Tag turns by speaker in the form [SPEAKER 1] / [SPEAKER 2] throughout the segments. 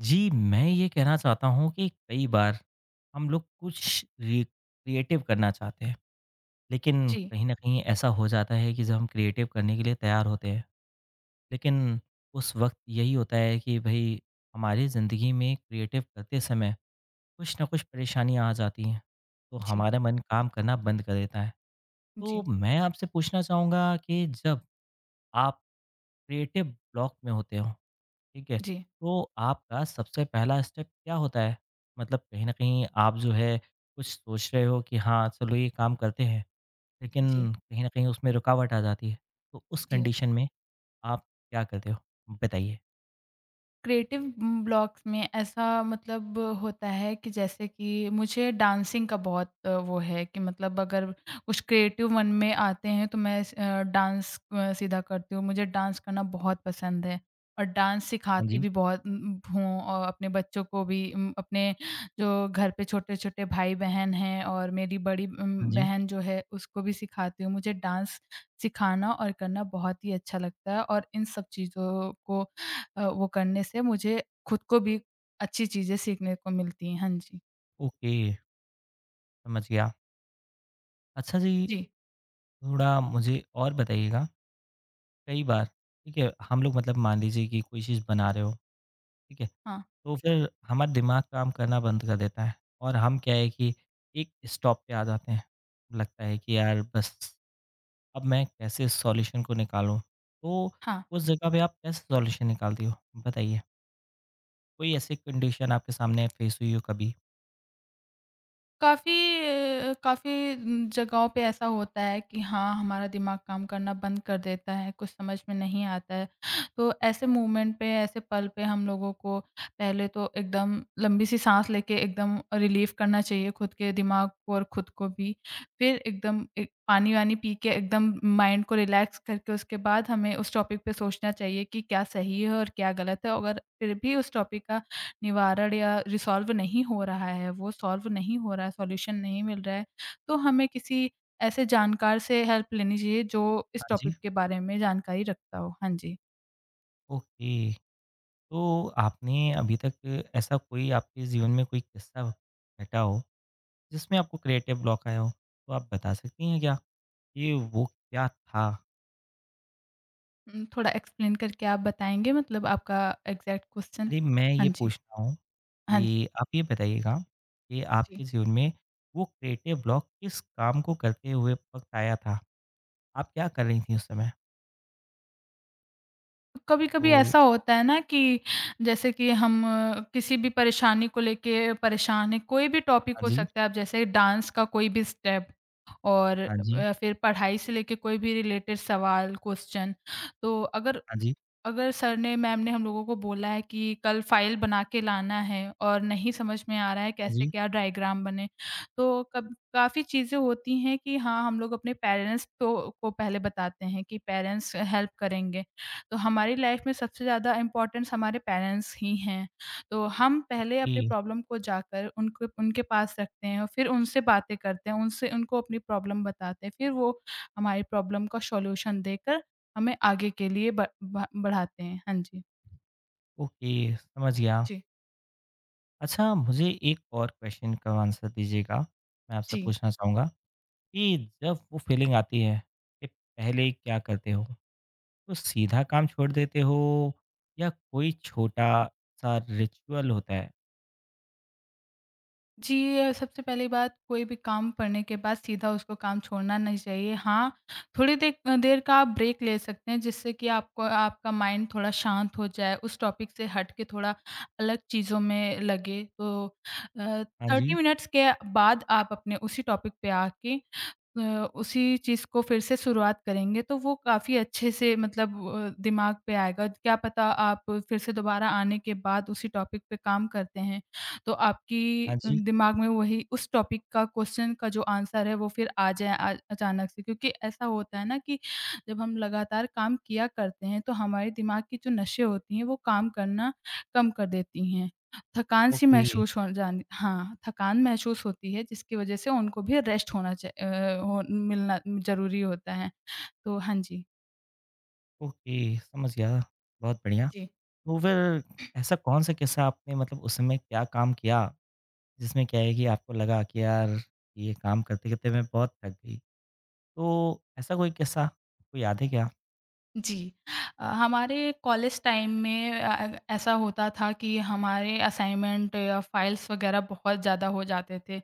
[SPEAKER 1] जी, मैं ये कहना चाहता हूँ कि कई बार हम लोग कुछ रि क्रिएटिव करना चाहते हैं, लेकिन
[SPEAKER 2] जी,
[SPEAKER 1] कहीं न कहीं ऐसा हो जाता है कि जब हम क्रिएटिव करने के लिए तैयार होते हैं, लेकिन उस वक़्त यही होता है कि भई हमारी ज़िंदगी में क्रिएटिव करते समय कुछ न कुछ परेशानियाँ आ जाती हैं, तो
[SPEAKER 2] जी,
[SPEAKER 1] हमारा मन काम करना बंद कर देता है। तो
[SPEAKER 2] जी,
[SPEAKER 1] मैं आपसे पूछना चाहूँगा कि जब आप क्रिएटिव ब्लॉक में होते हो, ठीक है।
[SPEAKER 2] जी,
[SPEAKER 1] तो आपका सबसे पहला स्टेप क्या होता है? मतलब कहीं न कहीं आप जो है कुछ सोच रहे हो कि हाँ, चलो ये काम करते हैं,
[SPEAKER 2] जी,
[SPEAKER 1] लेकिन कहीं न कहीं उसमें रुकावट आ जाती है। तो उस
[SPEAKER 2] जी।
[SPEAKER 1] कंडीशन में आप क्या करते हो? बताइए।
[SPEAKER 2] क्रिएटिव ब्लॉक्स में ऐसा मतलब होता है कि जैसे कि मुझे डांसिंग का बहुत वो है कि मतलब अगर कुछ क्रिएटिव मन में आते हैं तो मैं डांस सीधा करती हूँ। मुझे डांस करना बहुत पसंद है और डांस
[SPEAKER 1] हाँ
[SPEAKER 2] सिखाती
[SPEAKER 1] जी,
[SPEAKER 2] भी बहुत हूँ और अपने बच्चों को भी अपने जो घर पे छोटे-छोटे भाई-बहन हैं और मेरी बड़ी
[SPEAKER 1] हाँ जी।
[SPEAKER 2] बहन जो है उसको भी सिखाती हूँ। मुझे डांस सिखाना और करना बहुत ही अच्छा लगता है और इन सब चीज़ों को वो करने से मुझे खुद को भी अच्छी चीज़ें सीखने को मिलती हैं। हाँ जी।
[SPEAKER 1] ओके, समझ गया। अच्छा जी,
[SPEAKER 2] जी।
[SPEAKER 1] थोड़ा मुझे और बताइएगा, कई बार ठीक है, हम लोग मतलब मान लीजिए कि कोई चीज़ बना रहे हो, ठीक है?
[SPEAKER 2] हाँ,
[SPEAKER 1] तो फिर हमारा दिमाग काम करना बंद कर देता है और हम क्या है कि एक स्टॉप पे आ जाते हैं। लगता है कि यार बस अब मैं कैसे इस सॉल्यूशन को निकालूँ? तो
[SPEAKER 2] हाँ।
[SPEAKER 1] उस जगह पे आप कैसे सॉल्यूशन निकालती हो? बताइए। कोई ऐसी कंडीशन आपके सामने फेस हुई हो कभी?
[SPEAKER 2] काफ़ी काफ़ी जगहों पे ऐसा होता है कि हाँ, हमारा दिमाग काम करना बंद कर देता है, कुछ समझ में नहीं आता है। तो ऐसे मोमेंट पे, ऐसे पल पे हम लोगों को पहले तो एकदम लंबी-सी साँस लेके एकदम रिलीफ़ करना चाहिए खुद के दिमाग को और खुद को भी। फिर एकदम एक पानी-वानी पी के एकदम माइंड को रिलैक्स करके उसके बाद हमें उस टॉपिक पे सोचना चाहिए कि क्या सही है और क्या गलत है। अगर फिर भी उस टॉपिक का निवारण या रिसॉल्व नहीं हो रहा है, वो सॉल्व नहीं हो रहा है, सॉल्यूशन नहीं मिल रहा है, तो हमें किसी ऐसे जानकार से हेल्प लेनी चाहिए जो इस
[SPEAKER 1] हाँ जी।
[SPEAKER 2] टॉपिक के बारे में जानकारी रखता हो। हाँ जी।
[SPEAKER 1] ओके। तो आपने अभी तक ऐसा कोई आपके जीवन में कोई किस्सा घटा हो जिसमें आपको क्रिएटिव ब्लॉक आया हो? तो आप बता सकती हैं क्या कि वो क्या था?
[SPEAKER 2] थोड़ा एक्सप्लेन करके आप बताएँगे मतलब आपका एग्ज़ैक्ट क्वेश्चन?
[SPEAKER 1] अरे, मैं
[SPEAKER 2] हाँ
[SPEAKER 1] ये
[SPEAKER 2] जी,
[SPEAKER 1] पूछ रहा हूँ
[SPEAKER 2] हाँ जी,
[SPEAKER 1] कि आप ये बताइएगा कि
[SPEAKER 2] जी।
[SPEAKER 1] आपके जीवन में वो क्रिएटिव ब्लॉक किस काम को करते हुए वक़्त आया था? आप क्या कर रही थीं उस समय?
[SPEAKER 2] कभी-कभी
[SPEAKER 1] तो
[SPEAKER 2] ऐसा होता है ना कि जैसे कि हम किसी भी परेशानी को लेके परेशान हैं, कोई भी टॉपिक
[SPEAKER 1] हाँ
[SPEAKER 2] हो
[SPEAKER 1] जी,
[SPEAKER 2] सकता है, अब जैसे डांस का कोई भी स्टेप। और
[SPEAKER 1] हाँ जी,
[SPEAKER 2] फिर पढ़ाई से लेके कोई भी रिलेटेड सवाल, क्वेश्चन तो अगर
[SPEAKER 1] हाँ जी,
[SPEAKER 2] अगर सर ने मैम ने हम लोगों को बोला है कि कल फ़ाइल बना के लाना है और नहीं समझ में आ रहा है
[SPEAKER 1] हाँ
[SPEAKER 2] कैसे
[SPEAKER 1] जी।
[SPEAKER 2] क्या डायग्राम बने, तो कब काफ़ी चीज़ें होती हैं कि हाँ, हम लोग अपने पेरेंट्स तो को पहले बताते हैं कि पेरेंट्स हेल्प करेंगे। तो हमारी लाइफ़ में सबसे ज़्यादा इम्पोर्टेंस हमारे पेरेंट्स ही हैं। तो हम पहले
[SPEAKER 1] ओके,
[SPEAKER 2] अपनी प्रॉब्लम को जाकर उनको उनके पास रखते हैं और फिर उनसे बातें करते हैं, उनसे उनको अपनी प्रॉब्लम बताते हैं। फिर वो हमारी प्रॉब्लम का सॉल्यूशन देकर हमें आगे के लिए ब ब बढ़ाते हैं। हाँ जी।
[SPEAKER 1] ओके, समझ गया।
[SPEAKER 2] जी।
[SPEAKER 1] अच्छा मुझे एक और क्वेश्चन का आंसर दीजिएगा, मैं आपसे
[SPEAKER 2] जी।
[SPEAKER 1] पूछना चाहूँगा कि जब वो फ़ीलिंग आती है कि पहले क्या करते हो? तो सीधा काम छोड़ देते हो या कोई छोटा-सा रिचुअल होता है?
[SPEAKER 2] जी, सबसे पहली बात कोई भी काम पड़ने के बाद सीधा उसको काम छोड़ना नहीं चाहिए। हाँ, थोड़ी देर का आप ब्रेक ले सकते हैं जिससे कि आपको आपका माइंड थोड़ा शांत हो जाए, उस टॉपिक से हट के थोड़ा अलग चीज़ों में लगे। तो अ,
[SPEAKER 1] हाँ जी।
[SPEAKER 2] 30 मिनट्स के बाद आप अपने उसी टॉपिक पे आके अ, उसी चीज़ को फिर से शुरुआत करेंगे, तो वो काफ़ी अच्छे से मतलब दिमाग पे आएगा। क्या पता आप फिर से दोबारा आने के बाद उसी टॉपिक पे काम करते हैं, तो आपकी
[SPEAKER 1] हाँ जी।
[SPEAKER 2] दिमाग में वही उस टॉपिक का क्वेश्चन का जो आंसर है वो फिर आ जाए अचानक से। क्योंकि ऐसा होता है ना कि जब हम लगातार काम किया करते हैं, तो हमारे दिमाग की जो नसें होती हैं, वो काम करना कम कर देती हैं। थकान सी
[SPEAKER 1] ओके,
[SPEAKER 2] महसूस हो जानी हाँ, थकान महसूस होती है जिसकी वजह से उनको भी रेस्ट हो मिलना ज़रूरी होता है। तो हाँ जी।
[SPEAKER 1] ओके समझ गया, बहुत बढ़िया।
[SPEAKER 2] जी।
[SPEAKER 1] तो फिर ऐसा कौन सा किस्सा आपने मतलब उस समय क्या काम किया, जिसमें क्या है कि आपको लगा कि यार ये काम करते-करते मैं बहुत थक गई? तो ऐसा कोई किस्सा आपको याद है क्या?
[SPEAKER 2] जी। हमारे कॉलेज टाइम में ऐसा होता था कि हमारे असाइनमेंट या फाइल्स वगैरह बहुत ज़्यादा हो जाते थे।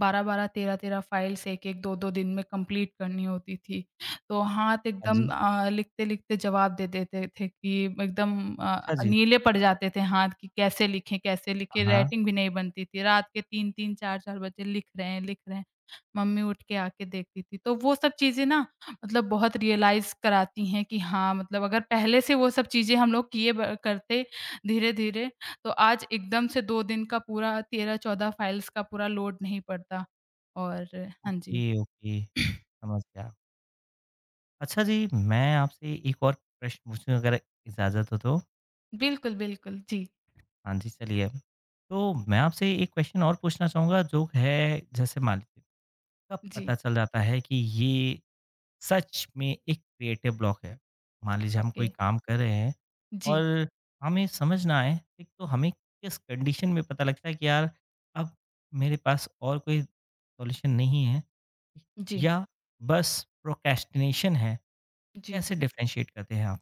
[SPEAKER 2] 12-12, 13-13 फाइल्स 1-1, 2-2 दिन में कंप्लीट करनी होती थी। तो हाथ
[SPEAKER 1] हाँ जी।
[SPEAKER 2] एकदम लिखते-लिखते जवाब दे देते थे कि एकदम
[SPEAKER 1] अच्छा जी।
[SPEAKER 2] नीले पड़ जाते थे हाथ कि कैसे लिखें, कैसे लिखें?
[SPEAKER 1] हाँ,
[SPEAKER 2] राइटिंग भी नहीं बनती थी। रात के 3-3, 4-4 बजे लिख रहे हैं, लिख रहे हैं। मम्मी उठ के आके देखती थी। तो वो सब चीज़ें ना मतलब बहुत रियलाइज़ कराती हैं कि हाँ, मतलब अगर पहले से वो सब चीज़ें हम लोग किए ब करते धीरे-धीरे, तो आज एकदम से 2 दिन का पूरा 13-14 फाइल्स का पूरा लोड नहीं पड़ता। और हाँ
[SPEAKER 1] ओके,
[SPEAKER 2] जी।
[SPEAKER 1] ओके समझ गया। अच्छा जी, मैं आपसे एक और प्रश्न पूछूँ अगर इजाज़त हो तो?
[SPEAKER 2] बिल्कुल, बिल्कुल। जी,
[SPEAKER 1] हाँ जी, चलिए। तो मैं आपसे एक क्वेश्चन और पूछना चाहूँगा जो है जैसे मान लीजिए तब
[SPEAKER 2] जी।
[SPEAKER 1] पता चल जाता है कि ये सच में एक क्रिएटिव ब्लॉक है। मान लीजिए हम
[SPEAKER 2] ओके।
[SPEAKER 1] कोई काम कर रहे हैं
[SPEAKER 2] जी,
[SPEAKER 1] और हमें समझ ना आए, एक तो हमें किस कंडीशन में पता लगता है कि यार अब मेरे पास और कोई सॉल्यूशन नहीं है
[SPEAKER 2] जी,
[SPEAKER 1] या बस प्रोक्रेस्टिनेशन है,
[SPEAKER 2] जी।
[SPEAKER 1] कैसे डिफरेंशिएट करते हैं आप?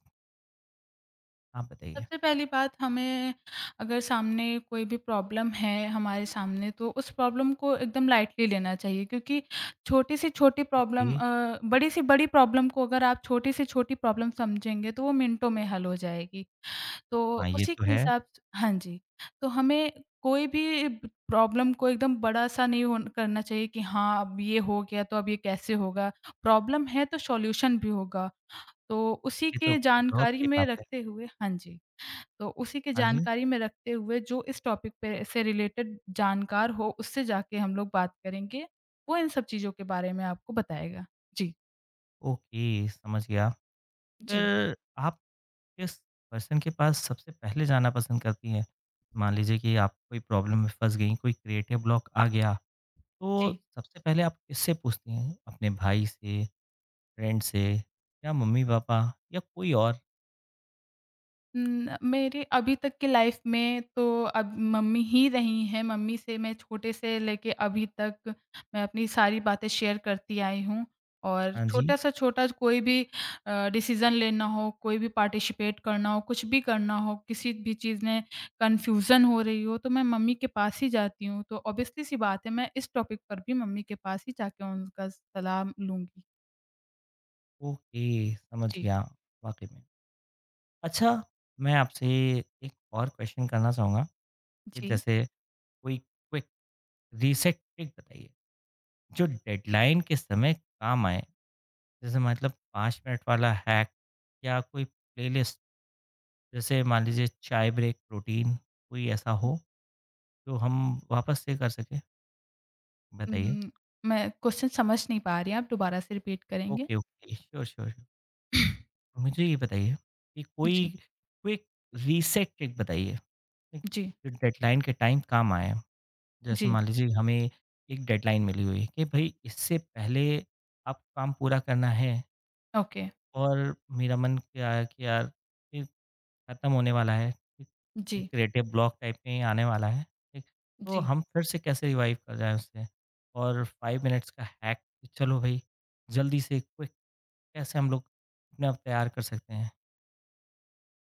[SPEAKER 1] आप बताइए?
[SPEAKER 2] सबसे पहली बात हमें अगर सामने कोई भी प्रॉब्लम है हमारे सामने तो उस प्रॉब्लम को एकदम लाइटली लेना चाहिए क्योंकि छोटी सी छोटी प्रॉब्लम
[SPEAKER 1] ओके,
[SPEAKER 2] बड़ी सी बड़ी प्रॉब्लम को अगर आप छोटी से छोटी प्रॉब्लम समझेंगे तो वो मिनटों में हल हो जाएगी। तो
[SPEAKER 1] हाँ, ये
[SPEAKER 2] उसी
[SPEAKER 1] तो
[SPEAKER 2] के
[SPEAKER 1] है।
[SPEAKER 2] हिसाब स हाँ जी। तो हमें कोई भी प्रॉब्लम को एकदम बड़ा-सा नहीं होन करना चाहिए कि हाँ, अब ये हो गया तो अब ये कैसे होगा? प्रॉब्लम है तो सॉल्यूशन भी होगा। तो उसी
[SPEAKER 1] ये तो
[SPEAKER 2] के
[SPEAKER 1] बहुत
[SPEAKER 2] जानकारी
[SPEAKER 1] सही
[SPEAKER 2] में
[SPEAKER 1] बात है।
[SPEAKER 2] रखते हुए हाँ जी। तो उसी के
[SPEAKER 1] हाँ जी,
[SPEAKER 2] जानकारी में रखते हुए जो इस टॉपिक पे से रिलेटेड जानकार हो, उससे जाके हम लोग बात करेंगे। वो इन सब चीज़ों के बारे में आपको बताएगा। जी,
[SPEAKER 1] ओके समझ गया।
[SPEAKER 2] जी,
[SPEAKER 1] फिर आप किस पर्सन के पास सबसे पहले जाना पसंद करती हैं? मान लीजिए कि आप कोई प्रॉब्लम में फँस गईं, कोई क्रिएटिव ब्लॉक आ गया, तो
[SPEAKER 2] जी।
[SPEAKER 1] सबसे पहले आप किससे पूछती हैं? अपने भाई से, फ्रेंड से या मम्मी-पापा या कोई और?
[SPEAKER 2] न मेरे अभी तक की लाइफ में तो अब मम्मी ही रही हैं, मम्मी से मैं छोटे से लेके अभी तक मैं अपनी सारी बातें शेयर करती आई हूँ और
[SPEAKER 1] हाँ जी,
[SPEAKER 2] छोटा से छोटा कोई भी डिसीज़न लेना हो, कोई भी पार्टिसिपेट करना हो, कुछ भी करना हो, किसी भी चीज़ में कन्फ्यूज़न हो रही हो, तो मैं मम्मी के पास ही जाती हूँ। तो ऑब्वियसली सी बात है मैं इस टॉपिक पर भी मम्मी के पास ही जाके उनका सलाह लूँगी।
[SPEAKER 1] ओके, समझ
[SPEAKER 2] जी।
[SPEAKER 1] गया वाक़ई में। अच्छा, मैं आपसे एक और क्वेश्चन करना चाहूँगा कि
[SPEAKER 2] जी।
[SPEAKER 1] जैसे कोई क्विक रीसेट ट्रिक बताइए, जो डेडलाइन के समय काम आए? जैसे मतलब 5 मिनट वाला हैक या कोई प्लेलिस्ट? जैसे मान लीजिए चाय ब्रेक प्रोटीन कोई ऐसा हो जो हम वापस से कर सकें? बताइए।
[SPEAKER 2] उम, मैं क्वेश्चन समझ नहीं पा रही, आप दोबारा से रिपीट करेंगे?
[SPEAKER 1] Okay, okay. Sure, sure, sure. मुझे ये बताइए कि कोई
[SPEAKER 2] जी,
[SPEAKER 1] क्विक रीसेट ट्रिक बताइए, ठीक?
[SPEAKER 2] जी,
[SPEAKER 1] जो डेडलाइन के टाइम काम आए। जैसे
[SPEAKER 2] जी,
[SPEAKER 1] मान लीजिए हमें एक डेडलाइन मिली हुई है कि भई इससे पहले आप काम पूरा करना है
[SPEAKER 2] ओके,
[SPEAKER 1] और मेरा मन क्या है कि यार खत्म होने वाला है, ठीक? एक
[SPEAKER 2] जी,
[SPEAKER 1] क्रिएटिव ब्लॉक टाइप में ही आने वाला है, ठीक? तो
[SPEAKER 2] जी।
[SPEAKER 1] हम फिर से कैसे रिवाइव कर जाएँ उससे और 5 मिनट्स का हैक कि चलो भई, जल्दी से क्विक कैसे हम लोग अपने आप तैयार कर सकते हैं?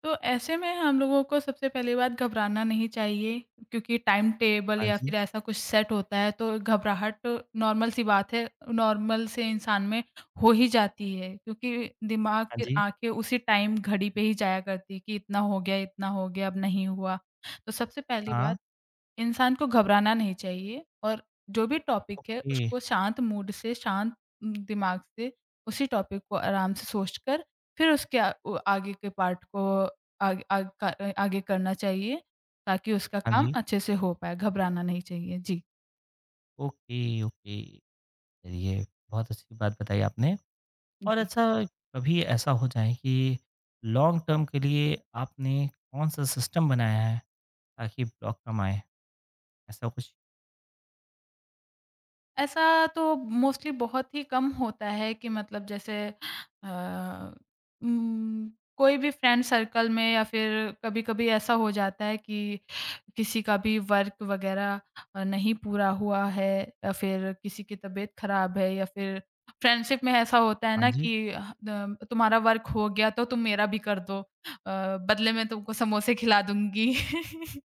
[SPEAKER 2] तो ऐसे में हम लोगों को सबसे पहली बात घबराना नहीं चाहिए क्योंकि टाइम टेबल
[SPEAKER 1] हाँ
[SPEAKER 2] या
[SPEAKER 1] जी,
[SPEAKER 2] फिर ऐसा कुछ सेट होता है तो घबराहट नॉर्मल सी बात है, नॉर्मल से इंसान में हो ही जाती है क्योंकि दिमाग
[SPEAKER 1] हाँ
[SPEAKER 2] फिर
[SPEAKER 1] जी,
[SPEAKER 2] आके उसी टाइम घड़ी पे ही जाया करती है कि इतना हो गया, अब नहीं हुआ। तो सबसे पहली
[SPEAKER 1] हाँ,
[SPEAKER 2] बात इंसान को घबराना नहीं चाहिए और जो भी टॉपिक है
[SPEAKER 1] ओके,
[SPEAKER 2] उसको शांत मूड से, शांत दिमाग से उसी टॉपिक को आराम से सोचकर फिर उसके अ, उ आगे के पार्ट को आग आग का अ, आगे करना चाहिए ताकि उसका
[SPEAKER 1] हाँ
[SPEAKER 2] काम
[SPEAKER 1] जी,
[SPEAKER 2] अच्छे से हो पाए, घबराना नहीं चाहिए। जी,
[SPEAKER 1] ओके, ओके। चलिए, बहुत अच्छी बात बताई आपने और
[SPEAKER 2] जी।
[SPEAKER 1] अच्छा कभी ऐसा हो जाए कि लॉन्ग टर्म के लिए आपने कौन-सा सिस्टम बनाया है ताकि ब्लॉक कम आए? ऐसा कुछ?
[SPEAKER 2] ऐसा तो मोस्टली बहुत ही कम होता है कि मतलब जैसे अ, उम, कोई भी फ्रेंड सर्कल में या फिर कभी-कभी ऐसा हो जाता है कि किसी का भी वर्क वगैरह नहीं पूरा हुआ है या फिर किसी की तबीयत खराब है या फिर फ्रेंडशिप में ऐसा होता है
[SPEAKER 1] हाँ
[SPEAKER 2] ना
[SPEAKER 1] जी,
[SPEAKER 2] कि ह द तुम्हारा वर्क हो गया तो तुम मेरा भी कर दो बदले में तुमको समोसे खिला दूँगी।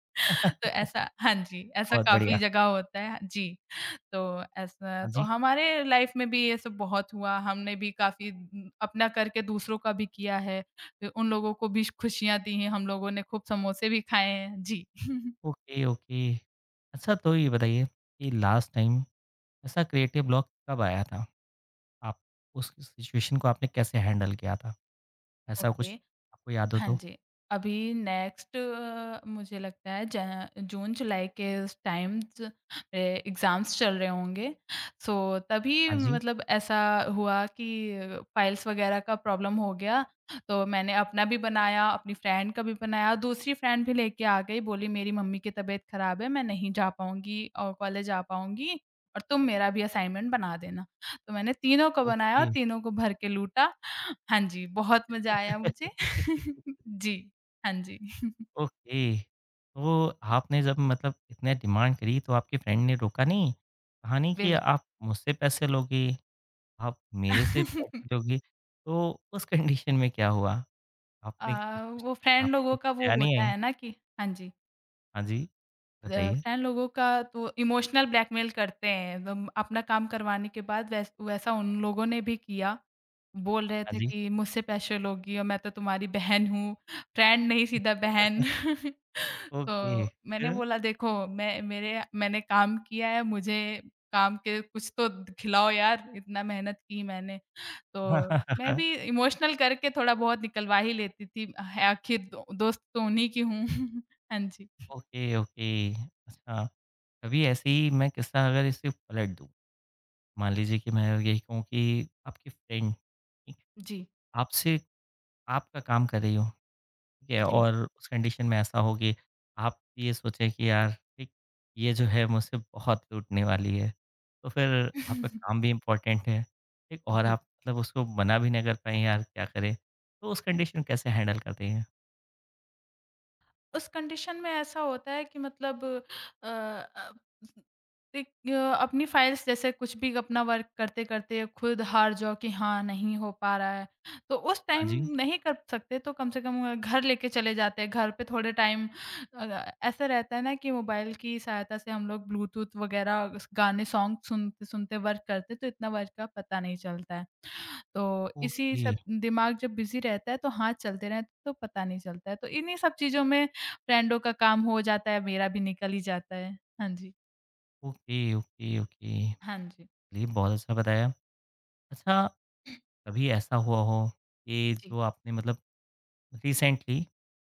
[SPEAKER 2] तो ऐसा हाँ जी, ऐसा
[SPEAKER 1] बहुत
[SPEAKER 2] काफ़ी
[SPEAKER 1] बढ़िया।
[SPEAKER 2] जगह होता है। हाँ जी। तो ऐसा
[SPEAKER 1] हाँ
[SPEAKER 2] तो
[SPEAKER 1] जी।
[SPEAKER 2] हमारे लाइफ में भी ये सब बहुत हुआ, हमने भी काफ़ी अपना करके दूसरों का भी किया है। फिर उन लोगों को भी खुशियाँ दी हैं, हम लोगों ने खूब समोसे भी खाए हैं। जी।
[SPEAKER 1] Okay, okay. अच्छा तो ये बताइए कि लास्ट टाइम ऐसा क्रिएटिव ब्लॉक कब आया था? आप उस सिचुएशन को आपने कैसे हैंडल किया था? ऐसा कुछ
[SPEAKER 2] ओके।
[SPEAKER 1] आपको याद हो
[SPEAKER 2] हाँ
[SPEAKER 1] तो?
[SPEAKER 2] जी। अभी नेक्स्ट मुझे लगता है ज जून-जुलाई के उस टाइम ज ए एग्ज़ाम्स चल रहे होंगे। सो तभी
[SPEAKER 1] हाँ जी।
[SPEAKER 2] मतलब ऐसा हुआ कि फ़ाइल्स वग़ैरह का प्रॉब्लम हो गया, तो मैंने अपना भी बनाया, अपनी फ्रेंड का भी बनाया, दूसरी फ्रेंड भी लेके आ गई, बोली मेरी मम्मी की तबीयत ख़राब है, मैं नहीं जा पाऊँगी और कॉलेज आ पाऊँगी और तुम मेरा भी असाइनमेंट बना देना। तो मैंने तीनों को बनाया और
[SPEAKER 1] ओके।
[SPEAKER 2] तीनों को भर के लूटा। हाँ जी, बहुत मज़ा आया मुझे जी। हाँ जी।
[SPEAKER 1] ओके। तो आपने जब मतलब इतने डिमांड करी तो आपके फ्रेंड ने रोका नहीं? कहा नहीं कि
[SPEAKER 2] बिल
[SPEAKER 1] आप मुझसे पैसे लोगे, आप
[SPEAKER 2] अ,
[SPEAKER 1] मेरे से पैसे लोगे? तो उस कंडीशन में क्या हुआ? आपने कुछ
[SPEAKER 2] वो फ्रेंड
[SPEAKER 1] आपको
[SPEAKER 2] लोगों
[SPEAKER 1] कुछ
[SPEAKER 2] का वो
[SPEAKER 1] दया नहीं
[SPEAKER 2] होता
[SPEAKER 1] आई?
[SPEAKER 2] है ना कि हाँ जी।
[SPEAKER 1] हाँ जी,
[SPEAKER 2] अ,
[SPEAKER 1] बताइए।
[SPEAKER 2] फ्रेंड लोगों का तो इमोशनल ब्लैकमेल करते हैं। दम अपना काम करवाने के बाद वैसा उन लोगों ने भी किया। बोल रहे
[SPEAKER 1] हाँ
[SPEAKER 2] थे
[SPEAKER 1] जी,
[SPEAKER 2] कि मुझसे पैसे लोगी और मैं तो तुम्हारी बहन हूँ, फ्रेंड नहीं सीधा बहन। तो
[SPEAKER 1] ओके
[SPEAKER 2] मैंने
[SPEAKER 1] फिर?
[SPEAKER 2] बोला देखो मैंने काम किया है, मुझे काम के कुछ तो खिलाओ यार, इतना मेहनत की मैंने। तो मैं भी इमोशनल करके थोड़ा बहुत निकलवा ही लेती थी। है आखिर दो दोस्त तो उन्हीं की हूँ। हाँ जी।
[SPEAKER 1] ओके, ओके अच्छा, कभी ऐसे ही मैं किस्सा अगर इसे पलट दूँ, मान लीजिए कि मैं यही कहूँ कि आपकी फ्रेंड ठीक,
[SPEAKER 2] जी।
[SPEAKER 1] आपसे आपका काम कर रही हो, ठीक है?
[SPEAKER 2] जी।
[SPEAKER 1] और उस कंडीशन में ऐसा हो कि आप ये सोचें कि यार ठीक, ये जो है मुझसे बहुत लूटने वाली है, तो फिर आपका काम भी इम्पोर्टेंट है, ठीक? और
[SPEAKER 2] जी।
[SPEAKER 1] आप मतलब उसको मना भी नहीं कर पाएँ यार क्या करें? तो उस कंडीशन कैसे हैंडल करते हैं?
[SPEAKER 2] उस कंडीशन में ऐसा होता है कि मतलब अ अ, एक अपनी फाइल्स जैसे कुछ भी अपना वर्क करते-करते खुद हार जाओ कि हाँ, नहीं हो पा रहा है। तो उस
[SPEAKER 1] हाँ
[SPEAKER 2] टाइम
[SPEAKER 1] जी,
[SPEAKER 2] नहीं कर सकते तो कम से कम घर लेके चले जाते हैं। घर पे थोड़े टाइम ऐसा रहता है ना कि मोबाइल की सहायता से हम लोग ब्लूटूथ वगैरह गाने सॉन्ग सुनते-सुनते वर्क करते तो इतना वर्क का पता नहीं चलता है। तो इसी
[SPEAKER 1] ओके।
[SPEAKER 2] सब दिमाग जब बिज़ी रहता है तो हाथ चलते रहते हैं, तो पता नहीं चलता है। तो इन्हीं सब चीज़ों में फ्रेंडों का काम हो जाता है, मेरा भी निकल ही जाता है। हाँ जी,
[SPEAKER 1] ओके, ओके, ओके।
[SPEAKER 2] हाँ जी।
[SPEAKER 1] चलिए बहुत अच्छा बताया। अच्छा, कभी ऐसा हुआ हो कि
[SPEAKER 2] जी,
[SPEAKER 1] जो आपने मतलब रिसेंटली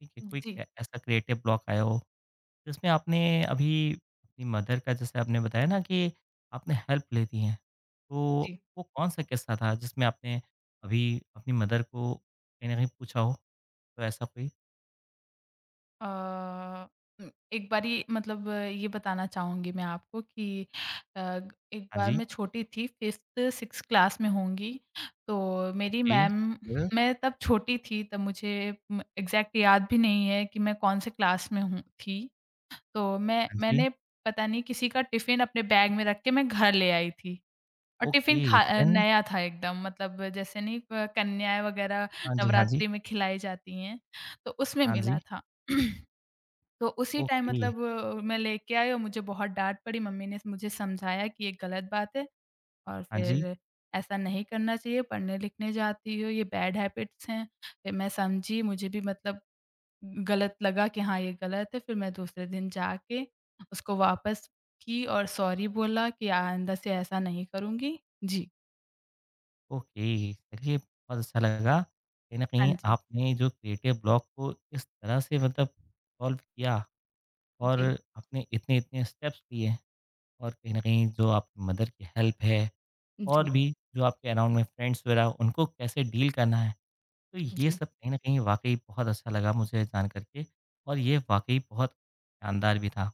[SPEAKER 1] ठीक है, कोई
[SPEAKER 2] जी,
[SPEAKER 1] ए ऐसा क्रिएटिव ब्लॉक आया हो, जिसमें आपने अभी अपनी मदर का जैसे आपने बताया ना कि आपने हेल्प लेती हैं, तो
[SPEAKER 2] जी।
[SPEAKER 1] वो कौन-सा किस्सा था जिसमें आपने अभी अपनी मदर को कहीं न कहीं पूछा हो? तो ऐसा कोई?
[SPEAKER 2] अ, एक बारी मतलब ये बताना चाहूँगी मैं आपको कि अ, एक
[SPEAKER 1] हाँ
[SPEAKER 2] बार
[SPEAKER 1] जी,
[SPEAKER 2] मैं छोटी थी 5th 6th क्लास में होंगी, तो मेरी
[SPEAKER 1] ओके,
[SPEAKER 2] मैम
[SPEAKER 1] फिर?
[SPEAKER 2] मैं तब छोटी थी तब मुझे एग्ज़ैक्ट याद भी नहीं है कि मैं कौन से क्लास में थी। तो मैं
[SPEAKER 1] हाँ जी,
[SPEAKER 2] मैंने पता नहीं किसी का टिफ़िन अपने बैग में रख के मैं घर ले आई थी और
[SPEAKER 1] ओके,
[SPEAKER 2] टिफ़िन
[SPEAKER 1] देन?
[SPEAKER 2] नया था एकदम मतलब जैसे नहीं क कन्याएँ वग़ैरह
[SPEAKER 1] हाँ जी, हाँ जी,
[SPEAKER 2] नवरात्रि में खिलाई जाती हैं, तो उसमें
[SPEAKER 1] हाँ जी,
[SPEAKER 2] मिला था। तो उसी टाइम
[SPEAKER 1] ओके,
[SPEAKER 2] मतलब मैं लेके आई और मुझे बहुत डाँट पड़ी, मम्मी ने मुझे समझाया कि ये गलत बात है और
[SPEAKER 1] हाँ जी।
[SPEAKER 2] फिर ऐसा नहीं करना चाहिए, पढ़ने-लिखने जाती हो, ये बैड हैबिट्स हैं। फिर मैं समझी, मुझे भी मतलब गलत लगा कि हाँ, ये गलत है, फिर मैं दूसरे दिन जाके उसको वापस की और सॉरी बोला कि आइंदा से ऐसा नहीं करूँगी। जी।
[SPEAKER 1] ओके, चलिए बहुत अच्छा लगा। कहीं न
[SPEAKER 2] हाँ
[SPEAKER 1] कहीं
[SPEAKER 2] जी।
[SPEAKER 1] आपने जो क्रिएटिव ब्लॉक को इस तरह से मतलब सॉल्व किया और
[SPEAKER 2] जी,
[SPEAKER 1] आपने इतने-इतने स्टेप्स लिए और कहीं न कहीं जो आपकी मदर की हेल्प है
[SPEAKER 2] जी,
[SPEAKER 1] और भी जो आपके अराउंड में फ्रेंड्स वगैरह उनको कैसे डील करना है। तो ये
[SPEAKER 2] जी,
[SPEAKER 1] सब कहीं न कहीं वाक़ई बहुत अच्छा लगा मुझे जान कर के और ये वाक़ई बहुत शानदार भी था।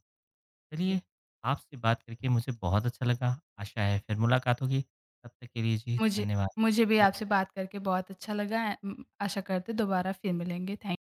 [SPEAKER 2] जी।
[SPEAKER 1] चलिए, आपसे बात करके मुझे बहुत अच्छा लगा। आशा है फिर मुलाकात होगी। तब तक के लिए जी
[SPEAKER 2] मुझे
[SPEAKER 1] धन्यवाद।
[SPEAKER 2] मुझे भी
[SPEAKER 1] फिर
[SPEAKER 2] आपसे
[SPEAKER 1] मिलें।
[SPEAKER 2] बात करके बहुत अच्छा लगा। आशा करते हैं दोबारा फिर मिलेंगे। थैंक